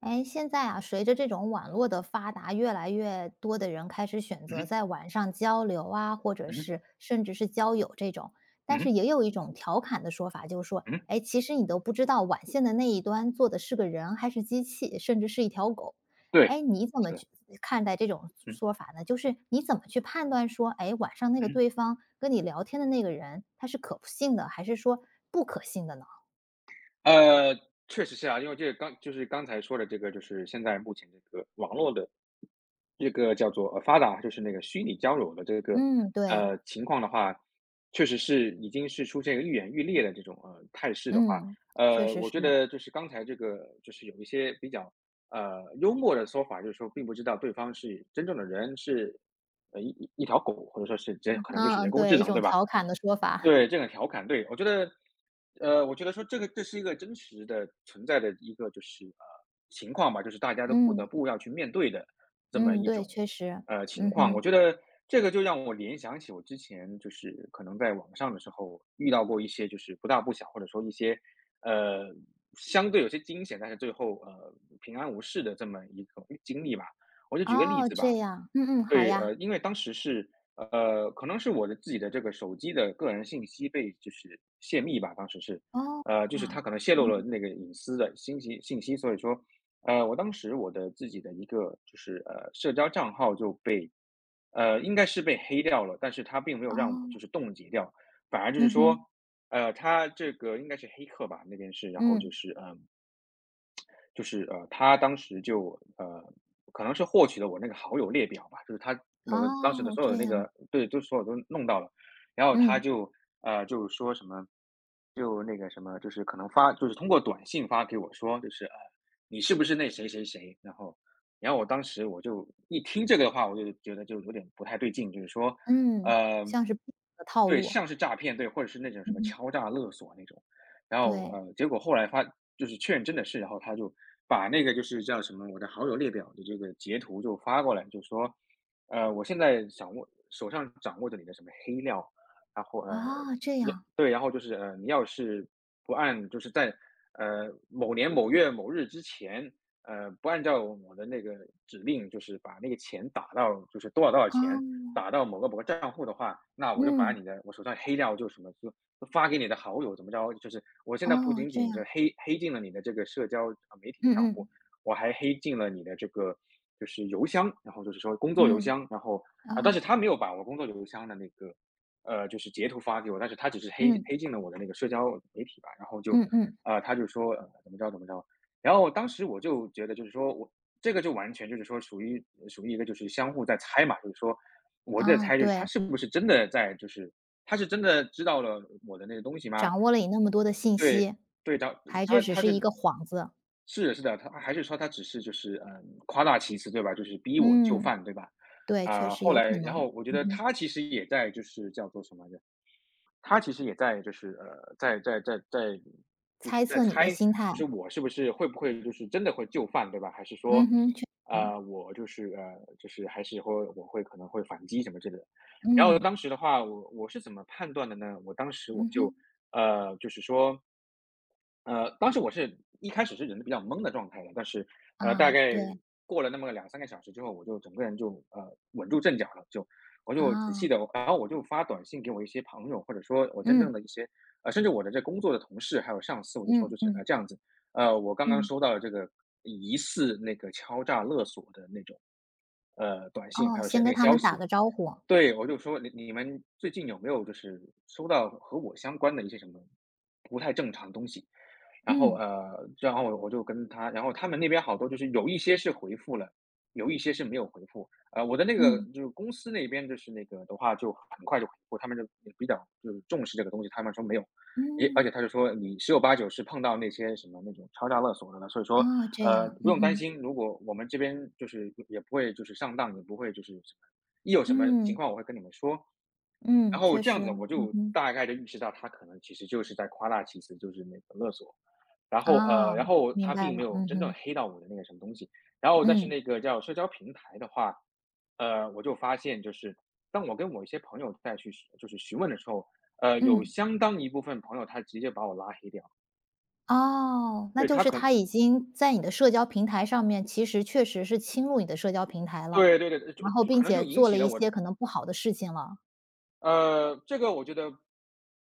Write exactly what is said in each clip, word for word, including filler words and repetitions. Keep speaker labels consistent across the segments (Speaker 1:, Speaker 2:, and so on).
Speaker 1: 哎，现在啊，随着这种网络的发达，越来越多的人开始选
Speaker 2: 嗯
Speaker 1: 择
Speaker 2: 哼，
Speaker 1: 在网上交流啊，或者
Speaker 2: 嗯哼，
Speaker 1: 是甚至是交友这种。但
Speaker 2: 嗯
Speaker 1: 是
Speaker 2: 哼，
Speaker 1: 也有一种调侃的说法，就是说，
Speaker 2: 嗯哼。
Speaker 1: 哎，其实你都不知道网线的那一端坐的是个人还是机器，甚至是一条狗。
Speaker 2: 对。
Speaker 1: 哎，你怎
Speaker 2: 是
Speaker 1: 么
Speaker 2: 的。
Speaker 1: 去看待这种
Speaker 2: 嗯，
Speaker 1: 说法呢？就是你怎么去判断说，哎，晚上那个
Speaker 2: 嗯。
Speaker 1: 对方跟你聊天的那个人，他是可信的，还是说不可信的呢？
Speaker 2: 呃，确实是啊。因为这个刚就是刚才说的这个，就是现在目前这个网络的这个叫做呃发达，就是那个虚拟交友的这个
Speaker 1: 嗯，对，
Speaker 2: 呃情况的话，确实是已经是出现一个愈演愈烈的这种呃态势的话。
Speaker 1: 嗯，确
Speaker 2: 呃，
Speaker 1: 实
Speaker 2: 我
Speaker 1: 是。
Speaker 2: 觉得就是刚才这个就是有一些比较呃幽默的说法，就是说并不知道对方是真正的人，是呃一一一条狗，或者说是这可能就是
Speaker 1: 嗯，
Speaker 2: 人工
Speaker 1: 对，
Speaker 2: 智
Speaker 1: 一
Speaker 2: 能，
Speaker 1: 种
Speaker 2: 对吧？
Speaker 1: 调侃的说法。
Speaker 2: 对，这个调侃，对，我觉得，呃，我觉得说这个这是一个真实的存在的一个就是呃情况吧，就是大家都不得
Speaker 1: 嗯，
Speaker 2: 不要去面对的这么
Speaker 1: 嗯，
Speaker 2: 一
Speaker 1: 对，
Speaker 2: 种
Speaker 1: 确实。
Speaker 2: 呃情
Speaker 1: 嗯
Speaker 2: 况。我
Speaker 1: 哼，
Speaker 2: 觉得这个就让我联想起我之前就是可能在网上的时候遇到过一些就是不大不小，或者说一些呃相对有些惊险，但是最后呃平安无事的这么一种经历吧。我就举个例
Speaker 1: 哦，
Speaker 2: 子吧。
Speaker 1: 这样，嗯嗯，好
Speaker 2: 对，呃，
Speaker 1: 呀。
Speaker 2: 因为当时是，呃，可能是我的自己的这个手机的个人信息被就是泄密吧，当时是，
Speaker 1: 哦，
Speaker 2: 呃，就
Speaker 1: 这
Speaker 2: 是
Speaker 1: 样，
Speaker 2: 他可能泄露了
Speaker 1: 嗯，
Speaker 2: 那个隐私的信息信息，所以说，呃，我当时我的自己的一个就是呃社交账号就被，呃，应该是被黑掉了，但是他并没有让我
Speaker 1: 哦，
Speaker 2: 就是冻结掉，反而就是
Speaker 1: 嗯
Speaker 2: 说，
Speaker 1: 哼，
Speaker 2: 呃，他这个应该是黑客吧，那边是，然后就
Speaker 1: 嗯，
Speaker 2: 是嗯、呃就是呃，他当时就呃，可能是获取了我那个好友列表吧，就是他我的当时的
Speaker 1: 哦，
Speaker 2: 所有
Speaker 1: 这
Speaker 2: 的那
Speaker 1: 样，
Speaker 2: 个对，就所有都弄到了，
Speaker 1: 嗯，嗯好呀哦那。嗯哦嗯哼嗯哦
Speaker 2: 然后
Speaker 1: 这
Speaker 2: 他
Speaker 1: 样嗯
Speaker 2: 就呃，就说什么，就那个什么，就是可能发，就是通过短信发给我说，就是呃，你是不是那谁谁谁？然后，然后我当时我就一听这个的话，我就觉得就有点不太对劲，就是说，
Speaker 1: 嗯
Speaker 2: 呃，
Speaker 1: 像是的套
Speaker 2: 对，
Speaker 1: 路。
Speaker 2: 像是诈骗，对，或者是那种什
Speaker 1: 嗯
Speaker 2: 么
Speaker 1: 哼，
Speaker 2: 敲诈勒索那种。然后
Speaker 1: 对，
Speaker 2: 呃，结果后来发，就是确认真的是，然后他就把那个就是叫什么我的好友列表的这个截图就发过来，就说，呃，我现在掌握手上掌握着你的什么黑料，然后呃，
Speaker 1: 啊，这
Speaker 2: 要
Speaker 1: 样，
Speaker 2: 对，然后就是呃，你要是不按就是在呃某年某月某日之前，呃，不按照我的那个指令，就是把那个钱打到就是多少多少钱
Speaker 1: 哦，
Speaker 2: 打到某个某个账户的话，那我就把
Speaker 1: 嗯，
Speaker 2: 你的我手上黑料就什么就发给你的好友怎么着？就是我现在不
Speaker 1: 哦，
Speaker 2: 仅
Speaker 1: 这
Speaker 2: 仅就
Speaker 1: 样，
Speaker 2: 黑黑进了你的这个社交呃媒体的账
Speaker 1: 嗯
Speaker 2: 户，
Speaker 1: 嗯，
Speaker 2: 我还黑进了你的这个就是邮箱，然后就是说工作邮
Speaker 1: 嗯，
Speaker 2: 箱，然后啊，但是
Speaker 1: 哦，
Speaker 2: 他没有把我工作邮箱的那个呃就是截图发给我，但是他只是黑
Speaker 1: 嗯，
Speaker 2: 黑进了我的那个社交媒体吧，然后就
Speaker 1: 嗯嗯，
Speaker 2: 啊呃他就说呃怎么着怎么着，然后当时我就觉得就是说我这个就完全就是说属于属于一个就是相互在猜嘛，就是说我在
Speaker 1: 啊，
Speaker 2: 猜就是他
Speaker 1: 对，
Speaker 2: 是不是真的在就是他是真的知道了我的那个东西吗？
Speaker 1: 掌握了你那么多的信
Speaker 2: 对，
Speaker 1: 息，
Speaker 2: 对，然后
Speaker 1: 还这
Speaker 2: 他
Speaker 1: 只
Speaker 2: 他
Speaker 1: 是
Speaker 2: 就。
Speaker 1: 一个幌子，
Speaker 2: 是是的，是的，他还是说他只是就是嗯夸大其词，对吧？就是逼我就
Speaker 1: 嗯。
Speaker 2: 范，对吧？
Speaker 1: 对，确
Speaker 2: 啊、
Speaker 1: 实
Speaker 2: 后
Speaker 1: 有可
Speaker 2: 来，然
Speaker 1: 能，
Speaker 2: 后我觉
Speaker 1: 嗯
Speaker 2: 得
Speaker 1: 哼，
Speaker 2: 他其实也在就是叫做什么他其实也在就是呃，在在在在就是
Speaker 1: 猜
Speaker 2: 在
Speaker 1: 测你的
Speaker 2: 猜，
Speaker 1: 心态，
Speaker 2: 就是我是不是会不会就是真的会就范，对吧？还是
Speaker 1: 嗯
Speaker 2: 说，
Speaker 1: 哼，确实，
Speaker 2: 呃，我就是呃，就是还是会我会可能会反击什么之类的。然后
Speaker 1: 嗯，
Speaker 2: 当时的话，我我是怎么判断的呢？我当时我
Speaker 1: 嗯
Speaker 2: 就
Speaker 1: 哼，
Speaker 2: 呃，就是说，呃，当时我是一开始是人比较懵的状态的，但是呃，大
Speaker 1: 啊，
Speaker 2: 概
Speaker 1: 对，
Speaker 2: 过了那么两三个小时之后，我就整个人就呃稳住阵脚了，就我就仔细
Speaker 1: 啊，
Speaker 2: 的，然后我就发短信给我一些朋友，或者说我真正
Speaker 1: 嗯，
Speaker 2: 的一些呃，甚至我的这工作的同事，还有上司，我就说
Speaker 1: 嗯
Speaker 2: 就是，
Speaker 1: 嗯
Speaker 2: 呃，这样子，呃，我刚刚
Speaker 1: 嗯，
Speaker 2: 收到了这个疑似那个敲诈勒索的那种，呃，短信，
Speaker 1: 哦，
Speaker 2: 还有一
Speaker 1: 先
Speaker 2: 些那
Speaker 1: 跟
Speaker 2: 个
Speaker 1: 他
Speaker 2: 消
Speaker 1: 们打
Speaker 2: 息，
Speaker 1: 个招呼，
Speaker 2: 对，我就说你你们最近有没有就是收到和我相关的一些什么不太正常的东西？然后
Speaker 1: 嗯，
Speaker 2: 呃，然后我我就跟他，然后他们那边好多就是有一些是回复了，有一些是没有回复。呃，我的那个
Speaker 1: 嗯，
Speaker 2: 就是公司那边就是那个的话就很快就回复，他们就也比较就是重视这个东西，他们说没有，也而
Speaker 1: 嗯，
Speaker 2: 且他就说你十有八九是碰到那些什么那种敲诈勒索的了，所以说
Speaker 1: 哦，这
Speaker 2: 呃，
Speaker 1: 样，
Speaker 2: 不
Speaker 1: 嗯
Speaker 2: 用担
Speaker 1: 哼，
Speaker 2: 心，如果我们这边就是也不会就是上当，也不会就是什么，一有什么情
Speaker 1: 嗯，
Speaker 2: 况我会跟你们说。
Speaker 1: 嗯，
Speaker 2: 然后
Speaker 1: 确
Speaker 2: 这样
Speaker 1: 实，
Speaker 2: 子我
Speaker 1: 嗯
Speaker 2: 就
Speaker 1: 哼，
Speaker 2: 大概的意识到他可能其实就是在夸大其词，就是那个勒索。然后，呃，
Speaker 1: 啊，
Speaker 2: 然后
Speaker 1: 明
Speaker 2: 他
Speaker 1: 白
Speaker 2: 并没
Speaker 1: 了，
Speaker 2: 有
Speaker 1: 嗯
Speaker 2: 真正
Speaker 1: 哼，
Speaker 2: 黑到我的那个什么东西。然后但是
Speaker 1: 嗯，
Speaker 2: 那个叫社交平台的话，呃，我就发现就是当我跟我一些朋友再去就是询问的时候，呃，有
Speaker 1: 嗯。
Speaker 2: 相当一部分朋友他直接把我拉黑掉。
Speaker 1: 哦，那
Speaker 2: 对，
Speaker 1: 就
Speaker 2: 他
Speaker 1: 是
Speaker 2: 可能
Speaker 1: 他已经在你的社交平台上面，其实确实是侵入你的社交平台了，
Speaker 2: 对对对，呃就
Speaker 1: 然后
Speaker 2: 就
Speaker 1: 并
Speaker 2: 可能就
Speaker 1: 且
Speaker 2: 引
Speaker 1: 做了
Speaker 2: 起了
Speaker 1: 一
Speaker 2: 我
Speaker 1: 些可能不好的事情了。
Speaker 2: 呃，这个我觉得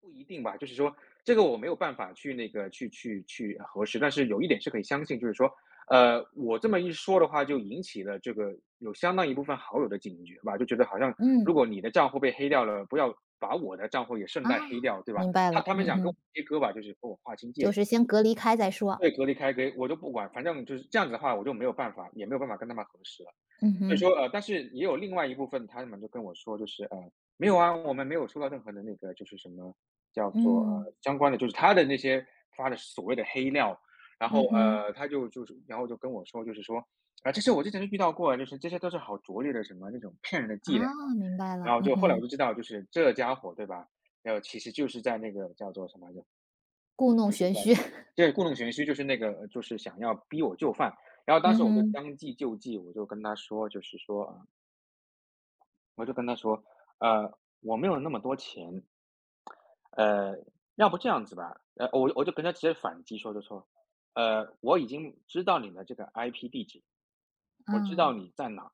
Speaker 2: 不一定吧，就是说这个我没有办法去那个去去去核实，但是有一点是可以相信，就是说，呃，我这么一说的话，就引起了这个有相当一部分好友的警觉吧，就觉得好像
Speaker 1: 嗯，
Speaker 2: 如果你的账户被黑掉了，不要把我的账户也顺
Speaker 1: 啊，
Speaker 2: 带黑掉，对吧？
Speaker 1: 明白
Speaker 2: 他
Speaker 1: 了，
Speaker 2: 他们
Speaker 1: 嗯
Speaker 2: 想跟我
Speaker 1: 哼，
Speaker 2: 切割吧，就是跟我划清界
Speaker 1: 就
Speaker 2: 限，
Speaker 1: 是先隔离开再说。
Speaker 2: 对，隔离开给我就不管，反正就是这样子的话，我就没有办法，也没有办法跟他们核实了。
Speaker 1: 嗯
Speaker 2: 所以
Speaker 1: 哼，
Speaker 2: 说，呃，但是也有另外一部分，他们就跟我说，就是呃，没有啊，我们没有收到任何的那个，就是什么叫做
Speaker 1: 嗯，
Speaker 2: 呃相关的，就是他的那些发的所谓的黑料，然后
Speaker 1: 嗯哼，
Speaker 2: 呃，他就就是，然后就跟我说，就是说啊、这些我之前就遇到过，就是这些都是好拙劣的什么那种骗人的伎俩，
Speaker 1: 啊，明白
Speaker 2: 然
Speaker 1: 了，
Speaker 2: 后
Speaker 1: 嗯
Speaker 2: 就后来我
Speaker 1: 哼，
Speaker 2: 就知道，就是这家伙对吧？然后其实就是在那个叫做什么来着，
Speaker 1: 故弄
Speaker 2: 就是
Speaker 1: 玄
Speaker 2: 在
Speaker 1: 虚，
Speaker 2: 这个故弄玄虚，就是那个呃就是想要逼我就范。然后当
Speaker 1: 嗯
Speaker 2: 时我就
Speaker 1: 哼，
Speaker 2: 将计就计，我就跟他说，就是说啊。呃我就跟他说：“呃，我没有那么多钱，呃，要不这样子吧。”呃，我我就跟他直接反击说就说：“呃，我已经知道你的这个 I P 地址，我知道
Speaker 1: 啊，
Speaker 2: 你在哪，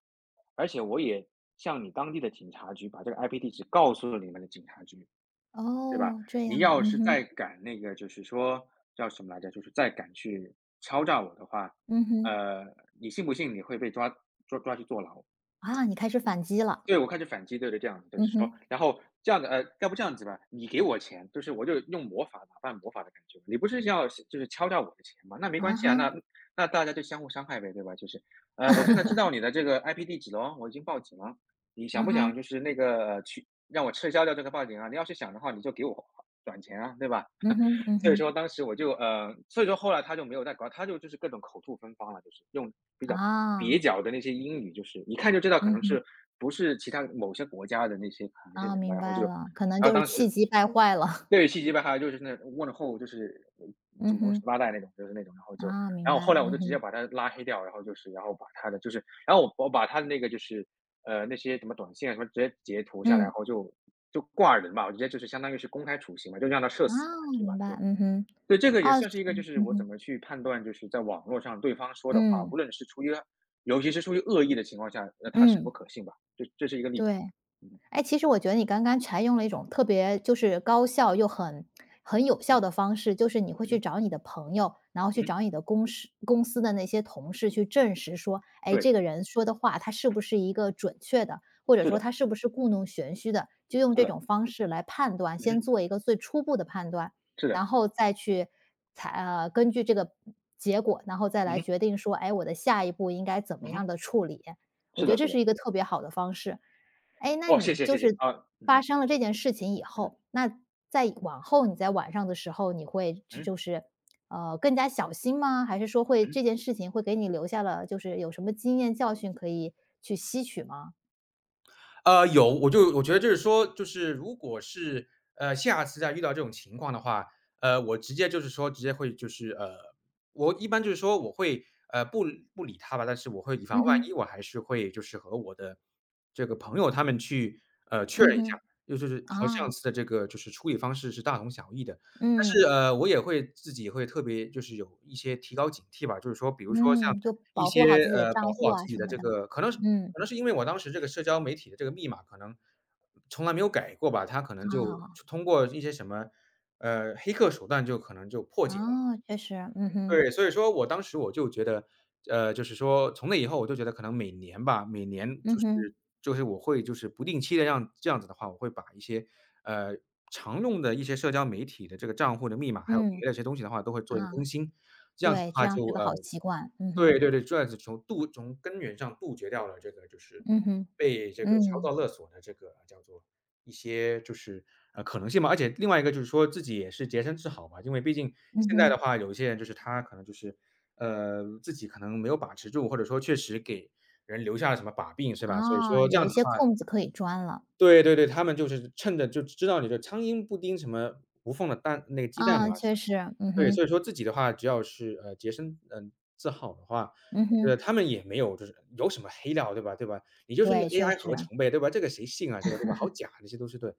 Speaker 2: 而且我也向你当地的警察局把这个 I P 地址告诉了你们的警察局，对吧？
Speaker 1: 哦，这
Speaker 2: 你
Speaker 1: 样，
Speaker 2: 要
Speaker 1: 嗯
Speaker 2: 是再
Speaker 1: 哼，
Speaker 2: 敢那个，就是说叫什么来着，就是再敢去敲诈我的话，
Speaker 1: 嗯哼，
Speaker 2: 呃，你信不信你会被抓抓抓去坐牢？”
Speaker 1: 啊，你开始反击了，
Speaker 2: 对，我开始反击，对对，这样子，对，
Speaker 1: 嗯
Speaker 2: 说，
Speaker 1: 哼，
Speaker 2: 然后这样的，呃，要不这样子吧，你给我钱，就是我就用魔法，打败魔法的感觉，你不是要就是敲诈我的钱吗？那没
Speaker 1: 啊
Speaker 2: 关系
Speaker 1: 哈，
Speaker 2: 啊，那那大家就相互伤害呗，对吧？就是，呃，我现在知道你的这个 I P 地址了哦我已经报警了，你想
Speaker 1: 嗯
Speaker 2: 不想
Speaker 1: 哼，
Speaker 2: 就是那个呃去让我撤销掉这个报警啊？你要是想的话，你就给我转钱啊，对吧？
Speaker 1: 嗯哼，嗯
Speaker 2: 所以
Speaker 1: 哼，
Speaker 2: 说当时我就呃，所以说后来他就没有再搞，他就就是各种口吐芬芳了，就是用比较蹩
Speaker 1: 啊，
Speaker 2: 脚的那些英语，就是一看就知道可
Speaker 1: 嗯
Speaker 2: 能
Speaker 1: 哼。
Speaker 2: 是不是其他某些国家的那些可能是
Speaker 1: 啊，
Speaker 2: 人吧，
Speaker 1: 明
Speaker 2: 然后
Speaker 1: 白
Speaker 2: 就，
Speaker 1: 了，可能
Speaker 2: 然后
Speaker 1: 就是
Speaker 2: 当
Speaker 1: 气
Speaker 2: 时
Speaker 1: 急败坏了。
Speaker 2: 对 于细急败坏，他就是那问候就是
Speaker 1: 嗯
Speaker 2: 祖宗十
Speaker 1: 哼，
Speaker 2: 八代那种，就是那种，然后就，
Speaker 1: 啊，明
Speaker 2: 然后后
Speaker 1: 白，
Speaker 2: 来我
Speaker 1: 嗯
Speaker 2: 就直接
Speaker 1: 哼，
Speaker 2: 把他拉黑掉，然后就是，然后把他的就是，然后我我把他的那个就是呃那些什么短信啊什么直接截图下来，
Speaker 1: 嗯，
Speaker 2: 然后就就挂人吧，我直接就是相当于是公开处刑嘛，就让他社
Speaker 1: 啊，
Speaker 2: 死的感觉吧，
Speaker 1: 明白，
Speaker 2: 对。
Speaker 1: 嗯哼，
Speaker 2: 对，这个也
Speaker 1: 啊，
Speaker 2: 算是一个就是
Speaker 1: 嗯
Speaker 2: 我怎
Speaker 1: 哼，
Speaker 2: 么去判断，就是在网络上对方说的话，无
Speaker 1: 嗯，
Speaker 2: 论是出于尤其是出于恶意的情况下，那它是否
Speaker 1: 嗯，
Speaker 2: 可信吧。这这是一个例子。
Speaker 1: 对。
Speaker 2: 嗯
Speaker 1: 哎，其实我觉得你刚刚采用了一种特别就是高效又很很有
Speaker 2: 嗯
Speaker 1: 效的方式，就是你会
Speaker 2: 嗯
Speaker 1: 去
Speaker 2: 哼
Speaker 1: 找你的朋友，然后
Speaker 2: 嗯
Speaker 1: 去
Speaker 2: 哼
Speaker 1: 找你的公司公司的那些同事去证实说，哎，
Speaker 2: 对，
Speaker 1: 这个人说的话他是不是一个准确的，或者
Speaker 2: 是
Speaker 1: 说
Speaker 2: 的
Speaker 1: 他是不是故弄玄虚的，就用
Speaker 2: 是
Speaker 1: 这
Speaker 2: 的，
Speaker 1: 种方式来判断，
Speaker 2: 嗯
Speaker 1: 先
Speaker 2: 哼，
Speaker 1: 做一个最初步的判断，
Speaker 2: 是的，
Speaker 1: 然后再去采呃根据这个结果，然后再
Speaker 2: 嗯
Speaker 1: 来
Speaker 2: 哼
Speaker 1: 决定说，哎，我的下一步应该怎么
Speaker 2: 嗯哼，
Speaker 1: 样的处理。我
Speaker 2: 是
Speaker 1: 觉
Speaker 2: 的
Speaker 1: 得
Speaker 2: 是
Speaker 1: 这
Speaker 2: 的。
Speaker 1: 是一个特别好的方式。哎，那
Speaker 2: 哦，谢
Speaker 1: 你
Speaker 2: 谢
Speaker 1: 就
Speaker 2: 谢谢，
Speaker 1: 是
Speaker 2: 啊，嗯
Speaker 1: 发
Speaker 2: 哼
Speaker 1: 生了这件事情以
Speaker 2: 嗯哼
Speaker 1: 后，那在往后你在晚上的时候，你会就
Speaker 2: 嗯
Speaker 1: 就是，呃，更加小心吗？还是说会
Speaker 2: 嗯。
Speaker 1: 这件事情会给你留下了就是有什么经验教训可以去吸取吗？
Speaker 2: 呃，有，我就我觉得就是说，就是如果是，呃，下次再遇到这种情况的话，呃，我直接就是说直接会就是呃，我一般就是说我会，呃，不不理他吧，但是我会以防
Speaker 1: 嗯
Speaker 2: 万一，
Speaker 1: 哼，
Speaker 2: 我还是会就是和我的这个朋友他们去，呃，确
Speaker 1: 嗯
Speaker 2: 认一下，
Speaker 1: 哼，
Speaker 2: 就就是和上
Speaker 1: 啊，
Speaker 2: 次的这个就是处理方式是大同小异的。但
Speaker 1: 嗯。
Speaker 2: 是，呃，我也会自己会特别就是有一些提高警惕吧，就是说比如说像
Speaker 1: 嗯，就
Speaker 2: 一
Speaker 1: 保护好
Speaker 2: 些，
Speaker 1: 自己的
Speaker 2: 呃，保
Speaker 1: 账
Speaker 2: 护
Speaker 1: 户
Speaker 2: 好
Speaker 1: 啊
Speaker 2: 自己
Speaker 1: 什
Speaker 2: 的
Speaker 1: 么
Speaker 2: 这
Speaker 1: 的。
Speaker 2: 个可能是
Speaker 1: 嗯，
Speaker 2: 可能是因为我当时这个社交媒体的这个密码可能从来没有改过吧，它可能就
Speaker 1: 啊，
Speaker 2: 通过一些什么，呃，黑客手段就可能就破解了。
Speaker 1: 啊，确实，嗯哼，
Speaker 2: 对，所以说我当时我就觉得，呃，就是说从那以后我就觉得可能每年吧，每年
Speaker 1: 嗯
Speaker 2: 就是
Speaker 1: 哼，
Speaker 2: 就是我会就是不定期的让这样子的话，我会把一些，呃，常用的一些社交媒体的这个账户的密码，还有
Speaker 1: 嗯，
Speaker 2: 别的一些东西的话，都会做一个更
Speaker 1: 啊，
Speaker 2: 新。这样子的
Speaker 1: 对，这
Speaker 2: 话
Speaker 1: 样
Speaker 2: 就，
Speaker 1: 是个好
Speaker 2: 呃
Speaker 1: 习惯。嗯
Speaker 2: 对
Speaker 1: 哼，
Speaker 2: 对对，转子从杜从根源上杜绝掉了这个就是
Speaker 1: 嗯哼，
Speaker 2: 被这个敲
Speaker 1: 嗯，
Speaker 2: 诈勒索的这个叫做一些就是，呃，可能性嘛。而且另外一个就是说自己也是洁身自好吧，因为毕竟
Speaker 1: 嗯
Speaker 2: 现在的
Speaker 1: 哼。
Speaker 2: 话，有一些人就是他可能就是，呃，自己可能没有把持住，或者说确实给人留下了什么把柄，是吧？所以
Speaker 1: 啊，
Speaker 2: 说这
Speaker 1: 有
Speaker 2: 样
Speaker 1: 一
Speaker 2: 子的
Speaker 1: 些
Speaker 2: 话
Speaker 1: 空子可以钻了。
Speaker 2: 对对对，他们就是趁着就知道你的苍蝇不叮什么无缝的蛋那个鸡蛋
Speaker 1: 啊，
Speaker 2: 嘛，
Speaker 1: 确实，嗯
Speaker 2: 对，
Speaker 1: 哼，
Speaker 2: 所以说自己的话，只要是，呃，洁身，嗯自好的话，
Speaker 1: 嗯
Speaker 2: 我觉得
Speaker 1: 哼，
Speaker 2: 他们也没有就是有什么黑料，对吧对吧？你就是
Speaker 1: 对，
Speaker 2: 那
Speaker 1: 确
Speaker 2: A I 合
Speaker 1: 实，
Speaker 2: 成呗，对吧？这个谁信啊，这个对吧？好假，这些都是对，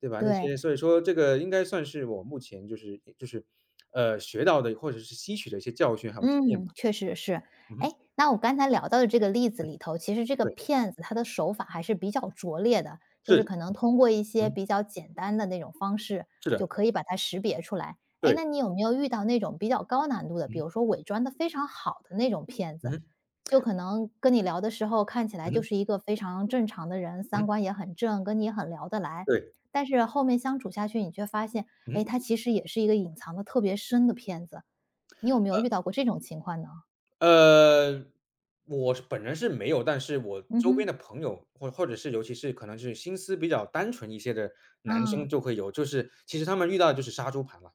Speaker 2: 对吧？那
Speaker 1: 对。
Speaker 2: 些所以说这个应该算是我目前就是就是，呃，学到的或者是吸取的一些教训还有经验吧。
Speaker 1: 嗯，确实是。
Speaker 2: 嗯哼
Speaker 1: 哎，那我刚才聊到的这个例子里头，其实这个
Speaker 2: 对，
Speaker 1: 骗子他的手法还是比较拙劣的，就是
Speaker 2: 是，
Speaker 1: 可能通过一些
Speaker 2: 嗯，
Speaker 1: 比较简单的那种方式，
Speaker 2: 是
Speaker 1: 就
Speaker 2: 的，
Speaker 1: 可以把它识别出来。哎，
Speaker 2: 对，
Speaker 1: 那你有没有遇到那种比较高难度的，比
Speaker 2: 嗯，
Speaker 1: 如说伪装的非常好的那种骗子？
Speaker 2: 嗯
Speaker 1: 就可能跟你聊的时候看起来就
Speaker 2: 嗯
Speaker 1: 是一个非常正常的人，三
Speaker 2: 嗯，
Speaker 1: 观也很正，跟你也很聊得来，
Speaker 2: 对，
Speaker 1: 但是后面相处下去，你却发现，哎，
Speaker 2: 嗯。
Speaker 1: 他其实也是一个隐藏的特别深的骗子。你有没有遇到过这种情况呢？
Speaker 2: 呃，我是本人是没有，但是我
Speaker 1: 嗯
Speaker 2: 周边
Speaker 1: 哼。
Speaker 2: 的朋友，或或者是尤其是可能是心思比较单纯一些的男生
Speaker 1: 啊，
Speaker 2: 就会有，就是其实他们遇到的就是杀猪盘了，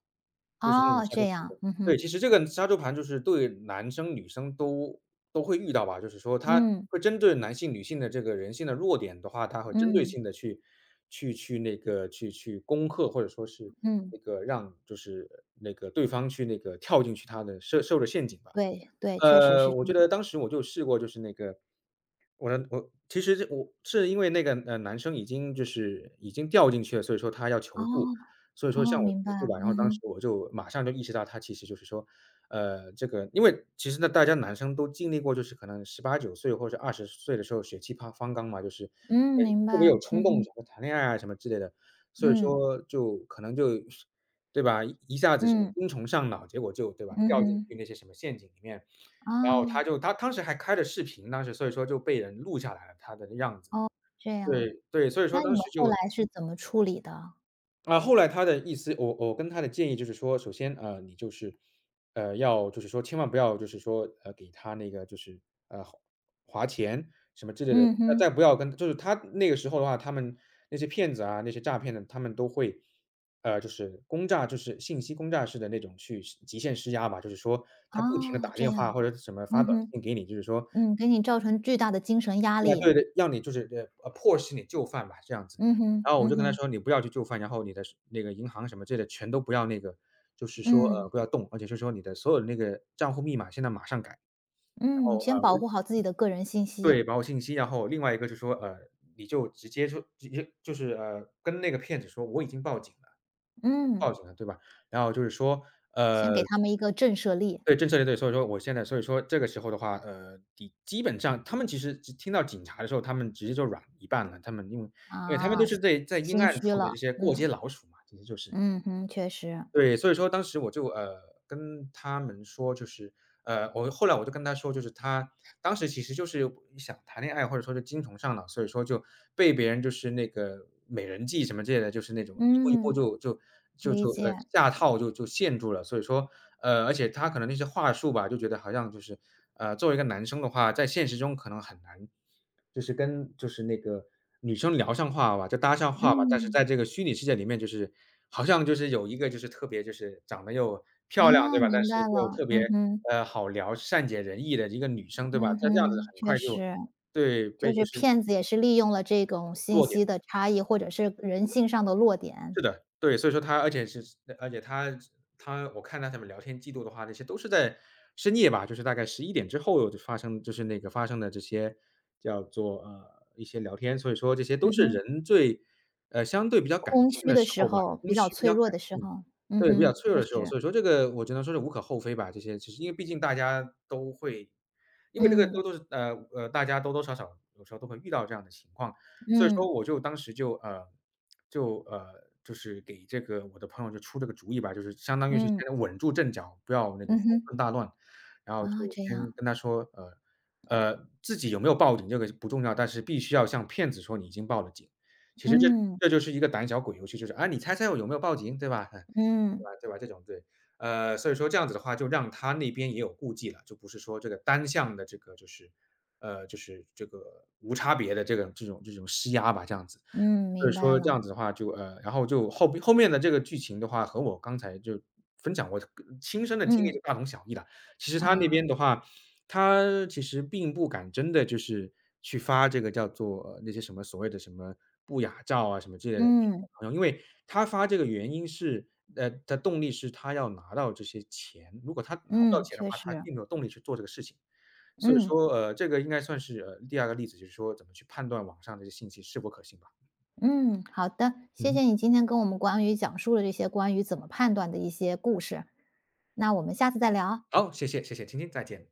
Speaker 2: 就是那种
Speaker 1: 哦，
Speaker 2: 杀猪
Speaker 1: 这
Speaker 2: 盘
Speaker 1: 样，
Speaker 2: 的
Speaker 1: 嗯
Speaker 2: 对，
Speaker 1: 哼，
Speaker 2: 其实这个杀猪盘就是对男生女生都都会遇到吧，就是说他
Speaker 1: 嗯，
Speaker 2: 会针对男性、女性的这个人性的弱点的话，他会针对
Speaker 1: 嗯，
Speaker 2: 性的去去去那个去去攻克，或者说是
Speaker 1: 嗯，
Speaker 2: 那个让就是那个对方去那个跳进去他的设设的陷阱吧。
Speaker 1: 对，对，确实
Speaker 2: 呃，
Speaker 1: 是这
Speaker 2: 我觉
Speaker 1: 样，
Speaker 2: 得当时我就试过，就是那个，我的我其实这我是因为那个，呃，男生已经就是已经掉进去了，所以说他要
Speaker 1: 哦，
Speaker 2: 求助，所以说
Speaker 1: 哦，
Speaker 2: 向我求
Speaker 1: 明白，
Speaker 2: 助吧。然后
Speaker 1: 嗯
Speaker 2: 当时
Speaker 1: 哼，
Speaker 2: 我就马上就意识到他其实就是说，呃，这个因为其实呢，大家男生都经历过，就是可能十八九岁或者二十岁的时候血气方方刚嘛，就是，
Speaker 1: 嗯，
Speaker 2: 呃，
Speaker 1: 明白，
Speaker 2: 特别有冲
Speaker 1: 嗯
Speaker 2: 动，
Speaker 1: 哼，
Speaker 2: 什么谈恋爱啊什么之类的，所以
Speaker 1: 嗯，
Speaker 2: 说就可能就对吧，一下子什么
Speaker 1: 嗯，
Speaker 2: 精虫上脑，结果就对吧，
Speaker 1: 嗯
Speaker 2: 掉进
Speaker 1: 哼，
Speaker 2: 去那些什么陷阱里面。然后他
Speaker 1: 啊，
Speaker 2: 就他当时还开着视频，当时所以说就被人录下来了他的样子。
Speaker 1: 哦，这样，
Speaker 2: 对，对，所以说
Speaker 1: 那你
Speaker 2: 当
Speaker 1: 们
Speaker 2: 时
Speaker 1: 后来
Speaker 2: 就
Speaker 1: 是怎么处理的？
Speaker 2: 啊，后来他的意思我我跟他的建议就是说，首先，呃，你就是，呃，要就是说千万不要就是说，呃，给他那个就是，呃，划钱什么之类的，
Speaker 1: 嗯
Speaker 2: 再
Speaker 1: 哼，
Speaker 2: 再不要跟就是他那个时候的话，他们那些骗子啊，那些诈骗的，他们都会，呃，就是轰炸，就是信息轰炸式的那种去施极限施压吧，就是说他不停的
Speaker 1: 哦，
Speaker 2: 打
Speaker 1: 这
Speaker 2: 电话
Speaker 1: 样，
Speaker 2: 或者什么发
Speaker 1: 嗯
Speaker 2: 短
Speaker 1: 哼，
Speaker 2: 信给你，就是说
Speaker 1: 嗯，给你造成巨大的精神压
Speaker 2: 对啊，
Speaker 1: 力，
Speaker 2: 对的，让你就是呃，迫使你就范吧，这样子。
Speaker 1: 嗯哼，
Speaker 2: 然后我
Speaker 1: 嗯
Speaker 2: 就跟他
Speaker 1: 哼，
Speaker 2: 说："你不要去就范，然后你的那个银行什么之类的全都不要那个，就是说，呃，
Speaker 1: 嗯，
Speaker 2: 不要动，而且就是说你的所有的那个账户密码现在马上改。"然
Speaker 1: 嗯，
Speaker 2: 后
Speaker 1: 先
Speaker 2: 呃，
Speaker 1: 保护好自己的个人信息，
Speaker 2: 对，保我信息，然后另外一个就是说，呃，你就直接就直接就是，呃，跟那个骗子说我已经报警了。
Speaker 1: 嗯。
Speaker 2: 对吧？然后就是说，
Speaker 1: 先
Speaker 2: 呃
Speaker 1: 给他们一个震慑力，
Speaker 2: 对，政策也对，所以说我现在所以说这个时候的话，呃，底基本上他们其实只听到警察的时候，他们直接就软一半了，他们因为因为他们都
Speaker 1: 啊，心
Speaker 2: 是在在阴
Speaker 1: 心
Speaker 2: 暗
Speaker 1: 虚
Speaker 2: 处的这
Speaker 1: 了，
Speaker 2: 些过街
Speaker 1: 嗯，
Speaker 2: 老鼠嘛，其实就是。
Speaker 1: 嗯哼，确实，
Speaker 2: 对，所以说当时我就，呃，跟他们说，就是呃，我后来我就跟他说，就是他当时其实就是想谈恋爱，或者说是精虫上脑，所以说就被别人就是那个美人计什么之类的，就是那种一步一步
Speaker 1: 嗯，
Speaker 2: 就就就
Speaker 1: 理
Speaker 2: 就，呃，
Speaker 1: 解，
Speaker 2: 下套就就陷住了。所以说，呃，而且他可能那些话术吧，就觉得好像就是，呃，作为一个男生的话，在现实中可能很难就是跟就是那个女生聊上话吧，就搭上话吧，但是
Speaker 1: 嗯，
Speaker 2: 在这个虚拟世界里面，就是好像就是有一个就是特别就是长得又漂亮，
Speaker 1: 啊，
Speaker 2: 对吧？但
Speaker 1: 明
Speaker 2: 是
Speaker 1: 白
Speaker 2: 又
Speaker 1: 了，
Speaker 2: 特别，
Speaker 1: 嗯哼，
Speaker 2: 呃，好聊、善解人意的一个女生，对吧？
Speaker 1: 嗯
Speaker 2: 她这样子
Speaker 1: 哼，
Speaker 2: 很
Speaker 1: 确
Speaker 2: 快就
Speaker 1: 实，
Speaker 2: 对，
Speaker 1: 就
Speaker 2: 被就
Speaker 1: 是
Speaker 2: 是
Speaker 1: 骗子也是利用了这种信
Speaker 2: 弱点
Speaker 1: 息的差异，或者是人性上的弱点，
Speaker 2: 是的，对，所以说他而且是呃而且他他我看到他们聊天记录的话，那些都是在深夜吧，就是大概十一点之后就发生就是那个发生的这些叫做，呃，一些聊天，所以说这些都
Speaker 1: 嗯
Speaker 2: 是
Speaker 1: 哼，
Speaker 2: 人最呃，相对比较感
Speaker 1: 空
Speaker 2: 性
Speaker 1: 虚
Speaker 2: 的
Speaker 1: 的
Speaker 2: 时
Speaker 1: 时
Speaker 2: 候吧，
Speaker 1: 候，比
Speaker 2: 空
Speaker 1: 较
Speaker 2: 虚比
Speaker 1: 脆
Speaker 2: 较
Speaker 1: 弱
Speaker 2: 感
Speaker 1: 的时
Speaker 2: 性，
Speaker 1: 候，嗯
Speaker 2: 对，比
Speaker 1: 哼，
Speaker 2: 较脆弱
Speaker 1: 确
Speaker 2: 的时候，
Speaker 1: 实，
Speaker 2: 所以说这个我只能说是无可厚非吧，这些其实因为毕竟大家都会因为这个
Speaker 1: 嗯，
Speaker 2: 都都是呃，呃，大家多多少少有时候都会遇到这样的情况。所以
Speaker 1: 嗯，
Speaker 2: 说我就当时就呃，就呃，就是给这个我的朋友就出这个主意吧，就是相当于是
Speaker 1: 嗯，
Speaker 2: 先稳住阵脚，不要那个
Speaker 1: 嗯
Speaker 2: 方
Speaker 1: 哼，
Speaker 2: 寸大乱。然后就
Speaker 1: 啊，这
Speaker 2: 先
Speaker 1: 样，
Speaker 2: 跟他说，呃呃，自己有没有报警这个不重要，但是必须要向骗子说你已经报了警。其实这
Speaker 1: 嗯，
Speaker 2: 这就是一个胆小鬼游戏，就是啊，你猜猜我有没有报警，对吧？对
Speaker 1: 嗯，
Speaker 2: 吧？对吧？这种对，呃，所以说这样子的话，就让他那边也有顾忌了，就不是说这个单向的这个就是呃，就是这个无差别的这个这种这种施压吧，这样子。
Speaker 1: 嗯，
Speaker 2: 所以
Speaker 1: 明白
Speaker 2: 说这样
Speaker 1: 了，
Speaker 2: 子的话就呃，然后就后后面的这个剧情的话，和我刚才就分享我亲身的经历
Speaker 1: 嗯，
Speaker 2: 是大同小异的。其实他那
Speaker 1: 啊。
Speaker 2: 边的话，他其实并不敢真的就是去发这个叫做，呃那些什么所谓的什么不雅照啊什么之类的，
Speaker 1: 嗯，
Speaker 2: 因为他发这个原因是呃，的动力是他要拿到这些钱，如果他拿不到
Speaker 1: 嗯，
Speaker 2: 钱的
Speaker 1: 确
Speaker 2: 话，他
Speaker 1: 实，
Speaker 2: 并没有动力去做这个事情。所以
Speaker 1: 嗯，
Speaker 2: 说，呃，这个应该算是，呃，第二个例子，就是说怎么去判断网上这些信息是否可信吧。
Speaker 1: 嗯，好的，
Speaker 2: 嗯
Speaker 1: 谢谢
Speaker 2: 哼
Speaker 1: 你今天跟我们关于讲述了这些关于怎么判断的一些故事，那我们下次再聊。
Speaker 2: 好，谢谢，谢谢青青，再见。